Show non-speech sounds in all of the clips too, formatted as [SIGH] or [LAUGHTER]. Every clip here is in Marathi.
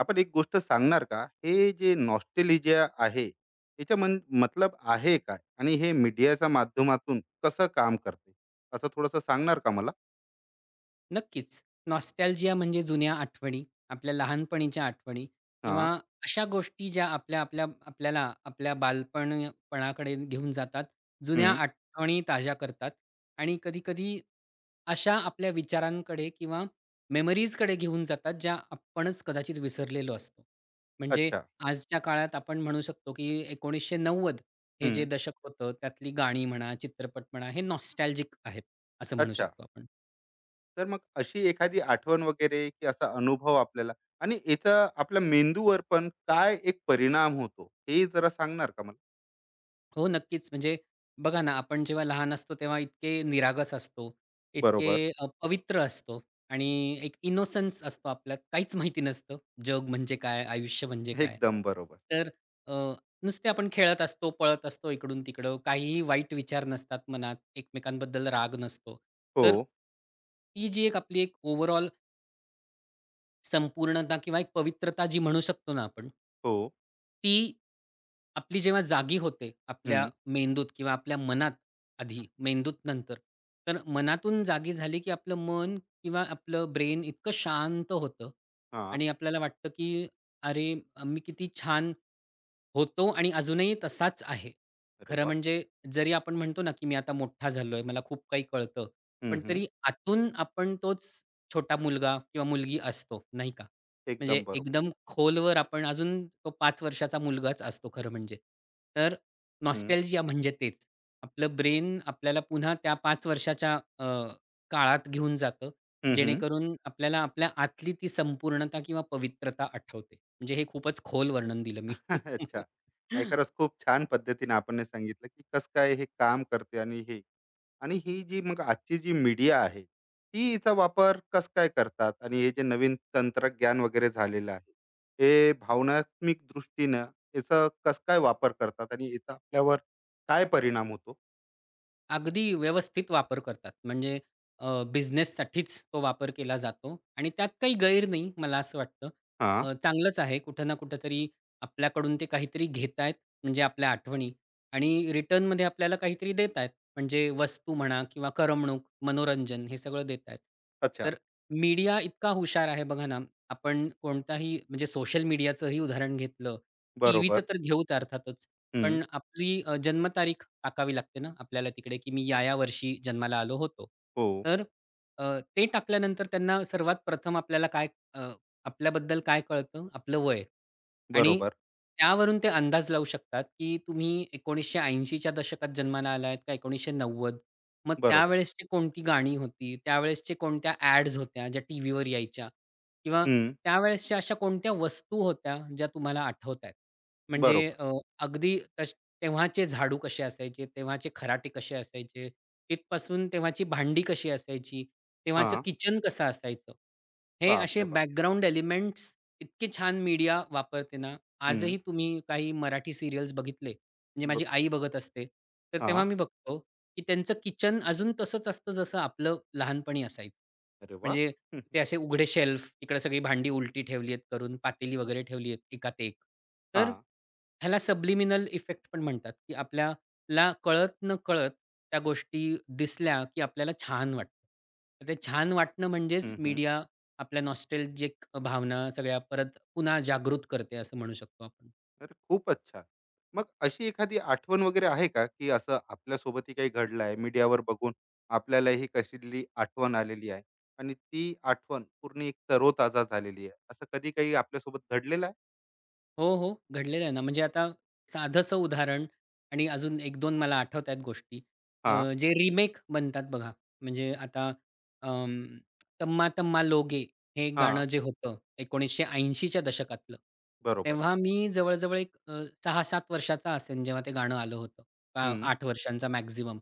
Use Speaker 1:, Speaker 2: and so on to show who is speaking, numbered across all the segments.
Speaker 1: आपण एक गोष्ट सांगणार का? हे जे नॉस्टॅलिजिया आहे, याचा मतलब आहे काय? आणि हे मीडियाच्या माध्यमातून कसं काम करते? असं थोडंसं सांगणार का मला?
Speaker 2: नक्कीच. नॉस्टॅल्जिया म्हणजे जुन्या आठवणी, आपल्या लहानपणीच्या आठवणी
Speaker 1: हां.
Speaker 2: किंवा अशा गोष्टी ज्या आपल्या आपल्या आपल्याला आपल्या बालपणपणाकडे घेऊन जातात. जुन्या
Speaker 1: हं.
Speaker 2: आठवणी ताज्या करतात आणि कधी-कधी अशा आपल्या विचारांकडे किंवा मेमरीजकडे घेऊन जातात, ज्या आपणच कदाचित विसरलेलो असतो. म्हणजे
Speaker 1: अच्छा.
Speaker 2: आजच्या काळात आपण म्हणू शकतो, की 1990 हे जे
Speaker 1: हं.
Speaker 2: दशक होतं, त्यातली गाणी म्हणा, चित्रपट म्हणा, हे नॉस्टॅल्जिक आहेत, असं म्हणू
Speaker 1: अच्छा.
Speaker 2: शकतो आपण.
Speaker 1: तर मग अशी एखादी आठवण वगैरे की असा अनुभव आपल्याला आणि याचा आपल्या मेंदूवर पण काय एक परिणाम होतो, हे जरा सांगणार का मला?
Speaker 2: हो, नक्कीच. म्हणजे बघा ना, आपण जेव्हा लहान असतो तेव्हा इतके निरागस असतो, इतके
Speaker 1: बरोबर.
Speaker 2: पवित्र असतो आणि एक इनोसन्स असतो आपल्यात. काहीच माहिती नसतं, जग म्हणजे काय? आयुष्य म्हणजे काय?
Speaker 1: एकदम बरोबर.
Speaker 2: तर अ, नुसते आपण खेळत असतो, पळत असतो इकडून-तिकडं. काहीही वाईट विचार नसतात मनात, एकमेकांबद्दल राग नसतो.
Speaker 1: हो,
Speaker 2: तर ती जी एक आपली एक ओव्हरऑल संपूर्णता किंवा एक पवित्रता जी म्हणू शकतो ना आपण,
Speaker 1: हो.
Speaker 2: ती आपली जेव्हा जागी होते, आपल्या
Speaker 1: हं.
Speaker 2: मेंदूत किंवा आपल्या मनात आधी, मेंदूत नंतर. तर मनातून जागी झाली, की आपलं मन किंवा आपलं ब्रेन इतकं शांत होतं
Speaker 1: हां.
Speaker 2: आणि आपल्याला वाटतं, की "अरे, मी किती छान होतो आणि अजूनही तसाच आहे."
Speaker 1: अरे
Speaker 2: खरं
Speaker 1: वाह!
Speaker 2: म्हणजे जरी आपण म्हणतो ना, की "मी आता मोठा झालोय, मला खूप काही कळतं."
Speaker 1: हं,
Speaker 2: पण
Speaker 1: हं.
Speaker 2: तरी आतून आपण तोच छोटा मुलगा किंवा मुलगी असतो, नाही का? म्हणजे
Speaker 1: एकदम बरोबर.
Speaker 2: एकदम खोलवर आपण अजून तो 5 वर्षाचा मुलगाच असतो खरं म्हणजे. तर
Speaker 1: हं.
Speaker 2: नॉस्टॅल्जिया म्हणजे तेच. आपलं ब्रेन आपल्याला पुन्हा त्या पाच वर्षाच्या काळात घेऊन जातं.
Speaker 1: हं, हं.
Speaker 2: जेणेकरून आपल्याला आपल्या आतली ती संपूर्णता किंवा पवित्रता आठवते. म्हणजे हे खूपच खोल वर्णन दिलं मी
Speaker 1: [LAUGHS] अच्छा.
Speaker 2: [LAUGHS]
Speaker 1: नाही,
Speaker 2: तुम्हाला.
Speaker 1: खरंच खूप छान पद्धतीने आपण हे सांगितलं, की कसं काय हे काम करते आणि हे. आणि ही जी मग आजची जी मीडिया आहे, ती हिचा वापर कसं काय करतात? आणि हे जे नवीन तंत्रज्ञान वगैरे झालेलं आहे, हे भावनात्मक दृष्टीनं याचा कसं काय वापर करतात आणि याचा आपल्यावर काय परिणाम होतो?
Speaker 2: अगदी व्यवस्थित वापर करतात. म्हणजे बिझनेससाठीच तो वापर केला जातो आणि त्यात काही गैर नाही मला असं वाटतं.
Speaker 1: हां.
Speaker 2: चांगलंच आहे कुठं ना कुठेतरी आपल्याकडून ते काहीतरी घेतायत म्हणजे आपल्या आठवणी आणि रिटर्नमध्ये आपल्याला काहीतरी देत आहेत. म्हणजे वस्तू म्हणा किंवा करमणूक, मनोरंजन हे सगळं देत आहेत.
Speaker 1: अच्छा.
Speaker 2: तर मीडिया इतका हुशार आहे बघा ना, आपण कोणताही म्हणजे सोशल मीडियाचंही उदाहरण घेतलं, टीव्हीचं
Speaker 1: बरोबर.
Speaker 2: तर घेऊच अर्थातच.
Speaker 1: हं.
Speaker 2: पण आपली जन्मतारीख टाकावी लागते ना आपल्याला तिकडे, की मी या-या वर्षी जन्माला आलो होतो.
Speaker 1: हो.
Speaker 2: तर अ, ते टाकल्यानंतर त्यांना सर्वात प्रथम आपल्याला काय अ, आपल्याबद्दल काय कळतं? आपलं वय आणि
Speaker 1: बरोबर,
Speaker 2: त्यावरून ते अंदाज लावू शकतात, की तुम्ही 1980 च्या दशकात जन्माला आला आहेत का 1990? मग
Speaker 1: बरोबर.
Speaker 2: त्यावेळेसची कोणती गाणी होती? त्यावेळेसचे कोणत्या ॲड्स होत्या ज्या टीव्हीवर यायच्या? किंवा
Speaker 1: हं.
Speaker 2: त्यावेळेसच्या अशा कोणत्या वस्तू होत्या ज्या तुम्हाला आठवतायत? म्हणजे
Speaker 1: बरोबर.
Speaker 2: अगदी तश तेव्हाचे झाडू कसे असायचे, तेव्हाचे खराटे कसे असायचे, तिथपासून तेव्हाची भांडी कशी असायची, तेव्हाचं
Speaker 1: हां.
Speaker 2: किचन कसं असायचं. हे असे
Speaker 1: बापरे बाप!
Speaker 2: बॅकग्राऊंड एलिमेंट्स इतके छान मीडिया वापरते ना,
Speaker 1: हं.
Speaker 2: आजही तुम्ही काही मराठी सीरियल्स बघितले, म्हणजे
Speaker 1: ब
Speaker 2: माझी आई बघत असते, तर तेव्हा
Speaker 1: हां.
Speaker 2: मी बघतो, की त्यांचं किचन अजून तसंच असतं जसं आपलं लहानपणी असायचं.
Speaker 1: अरे वाह!
Speaker 2: म्हणजे ते असे उघडे शेल्फ, इकडे सगळी भांडी उलटी ठेवली आहेत करून, पातेली वगैरे ठेवली आहेत एकात एक. तर
Speaker 1: हां. [LAUGHS]
Speaker 2: ह्याला सबलिमिनल इफेक्ट पण म्हणतात, की आपल्याला कळत-नकळत त्या गोष्टी दिसल्या, की आपल्याला छान वाटतं. तर ते छान वाटणं म्हणजेच
Speaker 1: हं, हं.
Speaker 2: मीडिया आपल्या नॉस्टॅल्जिक भावना सगळ्या परत पुन्हा जागृत करते असं म्हणू शकतो आपण.
Speaker 1: तर खूपच छान. मग अशी एखादी आठवण वगैरे आहे का, की असं आपल्यासोबतही काही घडलं आहे, मीडियावर बघून आपल्यालाही कसली आठवण आलेली आहे आणि ती आठवण पूर्ण एक तरोताजा झालेली आहे. असं कधी काही आपल्यासोबत घडलेलं आहे?
Speaker 2: हो, हो. घडलेलं आहे ना. म्हणजे आता साधंसं उदाहरण आणि अजून 1-2 मला आठवत आहेत गोष्टी. अ,
Speaker 1: हां,
Speaker 2: जे रिमेक बनतात बघा, म्हणजे आता अं, "तम्मा तम्मा लोगे" हे गाणं
Speaker 1: हां.
Speaker 2: जे होतं 1980 च्या दशकातलं.
Speaker 1: बरोबर.
Speaker 2: तेव्हा मी जवळ एक 6-7 वर्षाचा असेन जेव्हा ते गाणं आलं होतं. का
Speaker 1: हं.
Speaker 2: 8 वर्षांचा मॅक्सिमम.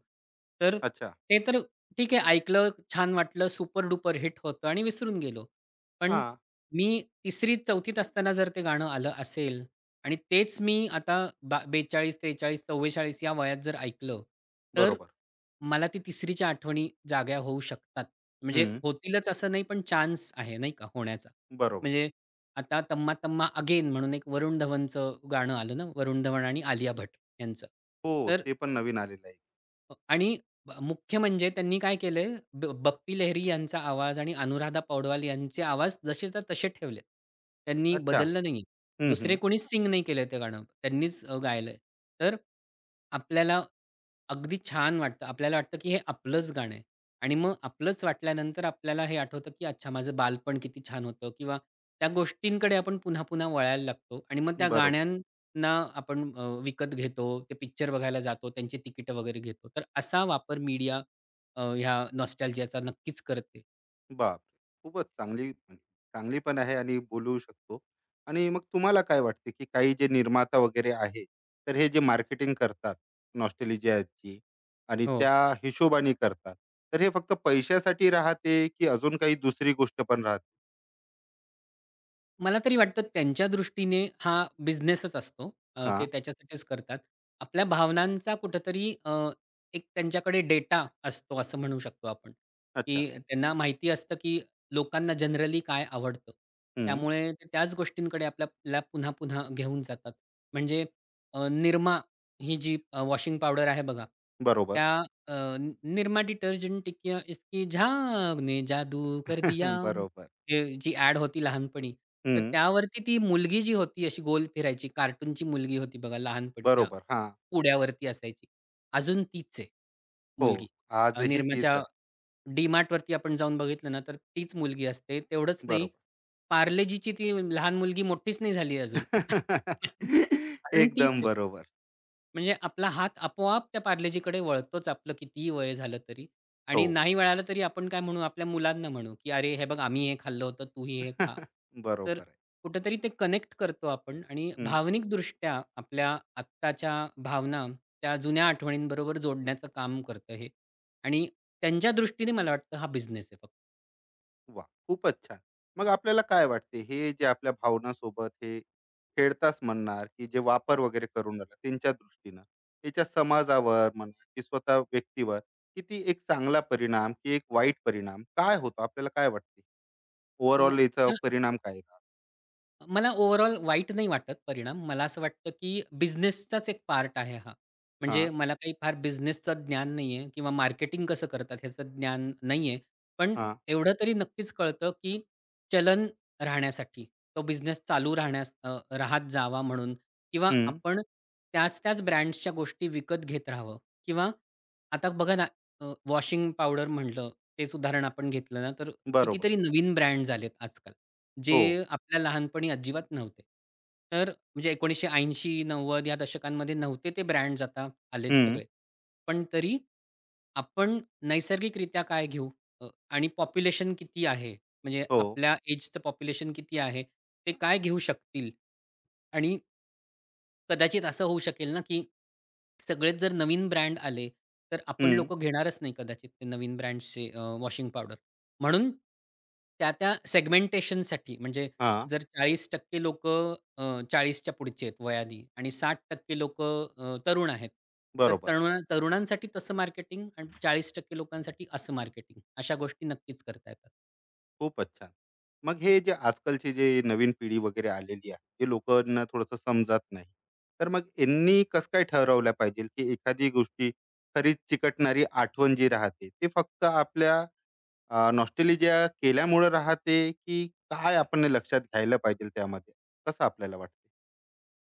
Speaker 2: तर
Speaker 1: अच्छा.
Speaker 2: ते तर ठीक आहे ऐकलं, छान वाटलं, सुपर डुपर हिट होतं आणि विसरून गेलो. पण
Speaker 1: हां.
Speaker 2: मी 3रीत-4थीत असताना जर ते गाणं आलं असेल आणि तेच मी आता 42, 43, 44 या वयात जर ऐकलं, तर
Speaker 1: बरोबर.
Speaker 2: मला ती 3रीच्या आठवणी जाग्या होऊ शकतात. म्हणजे
Speaker 1: हं.
Speaker 2: होतीलच असं नाही, पण चान्स आहे नाही का होण्याचा.
Speaker 1: बरोबर.
Speaker 2: म्हणजे आता "तम्मा तम्मा अगेन" म्हणून एक वरुण धवनचं गाणं आलं ना, वरुण धवन आणि आलिया भट यांचं.
Speaker 1: हो,
Speaker 2: तर
Speaker 1: ते पण नवीन आलेलं आहे.
Speaker 2: आणि मुख्य म्हणजे त्यांनी काय केले बप्पी लेहरी यांचा आवाज आणि अनुराधा पौडवाल यांचे आवाज जसे तर तसे ठेवले त्यांनी
Speaker 1: अच्छा.
Speaker 2: बदललं नाहीये.
Speaker 1: हं, हं.
Speaker 2: दुसरे कोणी सिंग नाही केलंय ते गाणं. त्यांनीच गायलंय. तर आपल्याला अगदी छान वाटतं. आपल्याला वाटतं, की हे आपलंच गाणं आहे. आणि मग आपलंच वाटल्यानंतर आपल्याला हे आठवतं, की अच्छा माझं बालपण किती छान होतं किंवा त्या गोष्टींकडे आपण पुन्हा-पुन्हा वळायला लागतो आणि मग त्या
Speaker 1: बरोबर.
Speaker 2: गाण्यांना आपण विकत घेतो, ते पिक्चर बघायला जातो, त्यांची तिकीटं वगैरे घेतो. तर असा वापर मीडिया ह्या नॉस्टॅल्जियाचा नक्कीच करते.
Speaker 1: बाप! खूपच चांगली, म्हणजे चांगली पण आहे आणि बोलू शकतो. आणि मग तुम्हाला काय वाटते, की काही जे निर्माता वगैरे आहे, तर हे जे मार्केटिंग करतात नॉस्टॅल्जियाची आणि त्या
Speaker 2: हो.
Speaker 1: हिशोबाने करतात. तर हे फक्त पैशासाठी राहते, की अजून काही दुसरी गोष्ट पण राहते?
Speaker 2: मला तरी वाटतं त्यांच्या दृष्टीने हा बिझनेसच असतो. ते
Speaker 1: हां,
Speaker 2: त्याच्यासाठीच करतात. आपल्या भावनांचा कुठेतरी एक त्यांच्याकडे डेटा असतो असं म्हणू शकतो आपण,
Speaker 1: अच्छा.
Speaker 2: की त्यांना माहिती असतं, की लोकांना जनरली काय आवडतं.
Speaker 1: हं,
Speaker 2: त्यामुळे ते त्याच गोष्टींकडे आपल्याला पुन्हा-पुन्हा घेऊन जातात. म्हणजे Nirma ही जी वॉशिंग पावडर आहे बघा,
Speaker 1: बरोबर.
Speaker 2: त्या अ, Nirma डिटर्जेंट टिकिया इसकी झाग ने जादू कर दिया.
Speaker 1: [LAUGHS] बरोबर.
Speaker 2: ते जी ॲड होती लहानपणी, तर
Speaker 1: हं,
Speaker 2: त्यावरती ती मुलगी जी होती अशी गोल फिरायची, कार्टूनची मुलगी होती बघा लहानपणी त्या
Speaker 1: बरोबर. हां,
Speaker 2: पुड्यावरती असायची. अजून तीच आहे
Speaker 1: हो.
Speaker 2: मुलगी.
Speaker 1: आजही तीच
Speaker 2: निरमाच्या
Speaker 1: आहे.
Speaker 2: डी-मार्टवरती आपण जाऊन बघितलं ना, तर तीच मुलगी असते. तेवढंच नाही,
Speaker 1: बरोबर.
Speaker 2: पार्लेजीची ती लहान मुलगी मोठीच नाही झाली अजून.
Speaker 1: [LAUGHS]
Speaker 2: [LAUGHS] अजून
Speaker 1: एकदम
Speaker 2: तीच आहे.
Speaker 1: बरोबर.
Speaker 2: म्हणजे आपला हात आपोआप त्या पार्लेजीकडे वळतोच आपलं कितीही वय झालं तरी.
Speaker 1: हो.
Speaker 2: आणि नाही वळालं तरी आपण काय म्हणू, आपल्या मुलांना म्हणू, की "अरे, हे बघ आम्ही हे खाल्लं होतं, तूही हे खा."
Speaker 1: [LAUGHS]
Speaker 2: तर
Speaker 1: बरोबर आहे.
Speaker 2: कुठेतरी ते कनेक्ट करतो आपण आणि भावनिकदृष्ट्या आपल्या आत्ताच्या भावना त्या जुन्या आठवणींबरोबर जोडण्याचं काम करतं हे. आणि त्यांच्या दृष्टीने मला वाटतं हा बिझनेस आहे फक्त.
Speaker 1: वा, खूपच छान. मग आपल्याला काय वाटते, हे जे आपल्या भावनासोबत हे खेळताच म्हणणार, की जे वापर वगैरे करून राहिला त्यांच्या दृष्टीनं, त्याच्या समाजावर म्हणा की स्वतः व्यक्तीवर किती एक चांगला परिणाम की एक वाईट परिणाम काय होतो? आपल्याला काय वाटते?
Speaker 2: अ,
Speaker 1: ओव्हरऑल याचा परिणाम काय?
Speaker 2: मला ओव्हरऑल वाईट नाही वाटत परिणाम. मला असं वाटतं, की बिझनेसचाच एक पार्ट आहे हा. म्हणजे
Speaker 1: हां,
Speaker 2: मला काही फार बिझनेसचं ज्ञान नाहीये किंवा मार्केटिंग कसं करतात ह्याचं ज्ञान नाहीये. पण
Speaker 1: हां.
Speaker 2: एवढं तरी नक्कीच कळतं, की चलन राहण्यासाठी तो बिझनेस चालू राहण्यास राहत जावा म्हणून किंवा
Speaker 1: हं.
Speaker 2: आपण त्याच-त्याच ब्रँड्सच्या गोष्टी विकत घेत राहावं किंवा आता बघा ना, वॉशिंग पावडर म्हटलं, तेच उदाहरण आपण घेतलं ना, तर
Speaker 1: बरोबर.
Speaker 2: कितीतरी नवीन ब्रँड झालेत आजकाल.
Speaker 1: हो.
Speaker 2: जे आपल्या लहानपणी अजिबात नव्हते. तर म्हणजे 1980-90 या दशकांमध्ये नव्हते ते ब्रँड्स आता आलेत
Speaker 1: हं.
Speaker 2: सगळे. पण तरी आपण नैसर्गिकरित्या काय घेऊ आणि पॉप्युलेशन किती आहे? म्हणजे
Speaker 1: हो.
Speaker 2: आपल्या एजचं पॉप्युलेशन किती आहे? ते काय घेऊ शकतील? आणि कदाचित असं होऊ शकेल ना, की सगळेच जर नवीन ब्रँड आले, तर आपण
Speaker 1: हं.
Speaker 2: लोकं घेणारच नाही कदाचित ते नवीन ब्रँड्सचे वॉशिंग पावडर. म्हणून त्या-त्या सेगमेंटेशनसाठी म्हणजे
Speaker 1: हां.
Speaker 2: जर 40% टक्के लोक 40च्या पुढचे आहेत वयादी आणि 60% टक्के लोक तरुण आहेत. तर
Speaker 1: बरोबर.
Speaker 2: तरुणांसाठी तसं मार्केटिंग आणि 40% लोकांसाठी असं मार्केटिंग अशा गोष्टी नक्कीच करता येतात.
Speaker 1: खूपच छान. मग हे जे आजकालची जे नवीन पिढी वगैरे आलेली आहे, जे लोकांना थोडंसं समजत नाही. तर मग यांनी कसं काय ठरवलं पाहिजे, की एखादी गोष्टी खरीच चिकटणारी आठवण जी राहते, ते फक्त आपल्या नॉस्टॅल्जिया केल्यामुळं राहते, की काय आपण हे लक्षात घ्यायला पाहिजे त्यामध्ये? कसं आपल्याला वाटते?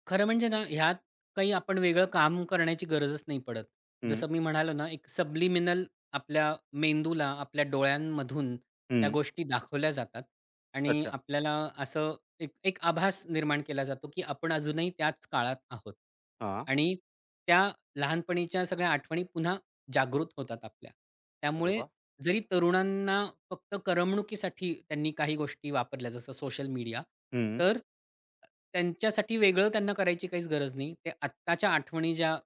Speaker 2: खरं म्हणजे ना, ह्यात काही आपण वेगळं काम करण्याची गरजच नाही पडत.
Speaker 1: हं,
Speaker 2: जसं मी म्हणालो ना, एक सबलिमिनल आपल्या मेंदूला, आपल्या डोळ्यांमधून त्या
Speaker 1: हं.
Speaker 2: गोष्टी दाखवल्या जातात आणि
Speaker 1: अच्छा.
Speaker 2: आपल्याला असं एक एक आभास निर्माण केला जातो, की आपण अजूनही त्याच काळात आहोत
Speaker 1: हां.
Speaker 2: आणि त्या लहानपणीच्या सगळ्या आठवणी पुन्हा जागृत होतात आपल्या.
Speaker 1: अरे
Speaker 2: त्यामुळे
Speaker 1: वाह!
Speaker 2: जरी तरुणांना फक्त करमणुकीसाठी त्यांनी काही गोष्टी वापरल्या, जसं सोशल मीडिया,
Speaker 1: हं.
Speaker 2: तर त्यांच्यासाठी वेगळं त्यांना करायची काहीच गरज नाही. ते आत्ताच्या आठवणी ज्या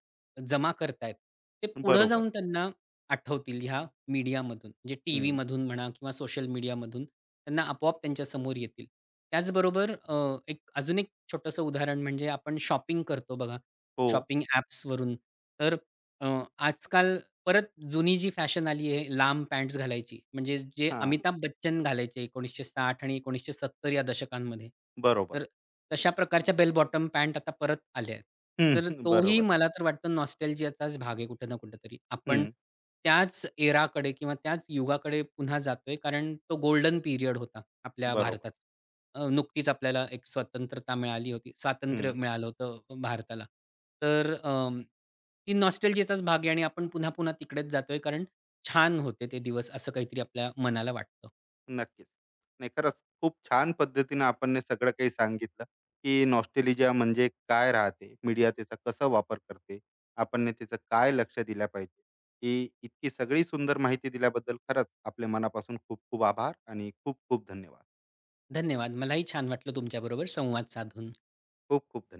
Speaker 2: जमा करतायत, ते पुढं
Speaker 1: बरोबर.
Speaker 2: जाऊन त्यांना आठवतील ह्या मीडियामधून. म्हणजे
Speaker 1: हं.
Speaker 2: टीव्हीमधून म्हणा किंवा सोशल मीडियामधून त्यांना आपोआप त्यांच्यासमोर येतील. त्याचबरोबर अ, एक अजून एक छोटंसं उदाहरण म्हणजे आपण शॉपिंग करतो बघा,
Speaker 1: हो.
Speaker 2: शॉपिंग ॲप्सवरून. तर अ, आजकाल परत जुनी जी फॅशन आली आहे, लांब पॅन्ट्स घालायची. म्हणजे जे
Speaker 1: हां.
Speaker 2: अमिताभ बच्चन घालायचे 1960 आणि 1970 या दशकांमध्ये.
Speaker 1: बरोबर.
Speaker 2: तर तशा प्रकारच्या बेल बॉटम पॅन्ट आता परत आल्या आहेत.
Speaker 1: हं.
Speaker 2: तर
Speaker 1: [LAUGHS]
Speaker 2: तोही
Speaker 1: बरोबर.
Speaker 2: मला तर वाटतं नॉस्टॅल्जियाचाच भाग आहे कुठे ना कुठेतरी. आपण
Speaker 1: हं.
Speaker 2: त्याच एराकडे किंवा त्याच युगाकडे पुन्हा जातोय कारण तो गोल्डन पिरियड होता आपल्या
Speaker 1: बरोबर.
Speaker 2: भारताचा. नुकतीच आपल्याला एक स्वतंत्रता मिळाली होती. स्वातंत्र्य मिळालं होतं भारताला. तर ही नॉस्टॅल्जियाचाच भाग आहे आणि आपण पुन्हा-पुन्हा तिकडेच जातोय कारण छान होते ते दिवस असं काहीतरी आपल्या मनाला वाटतं.
Speaker 1: नक्कीच. नाही, खरंच खूप छान पद्धतीनं आपण हे सगळं काही सांगितलं, की नॉस्टॅल्जिया म्हणजे काय राहते, मीडिया त्याचा कसा वापर करते, आपण हे त्याचं काय लक्ष दिलं पाहिजे. ही इतकी सगळी सुंदर माहिती दिल्याबद्दल खरंच आपल्या मनापासून खूप खूप आभार आणि खूप खूप धन्यवाद.
Speaker 2: धन्यवाद. मलाही छान वाटलं तुमच्याबरोबर संवाद साधून.
Speaker 1: खूप खूप धन्यवाद.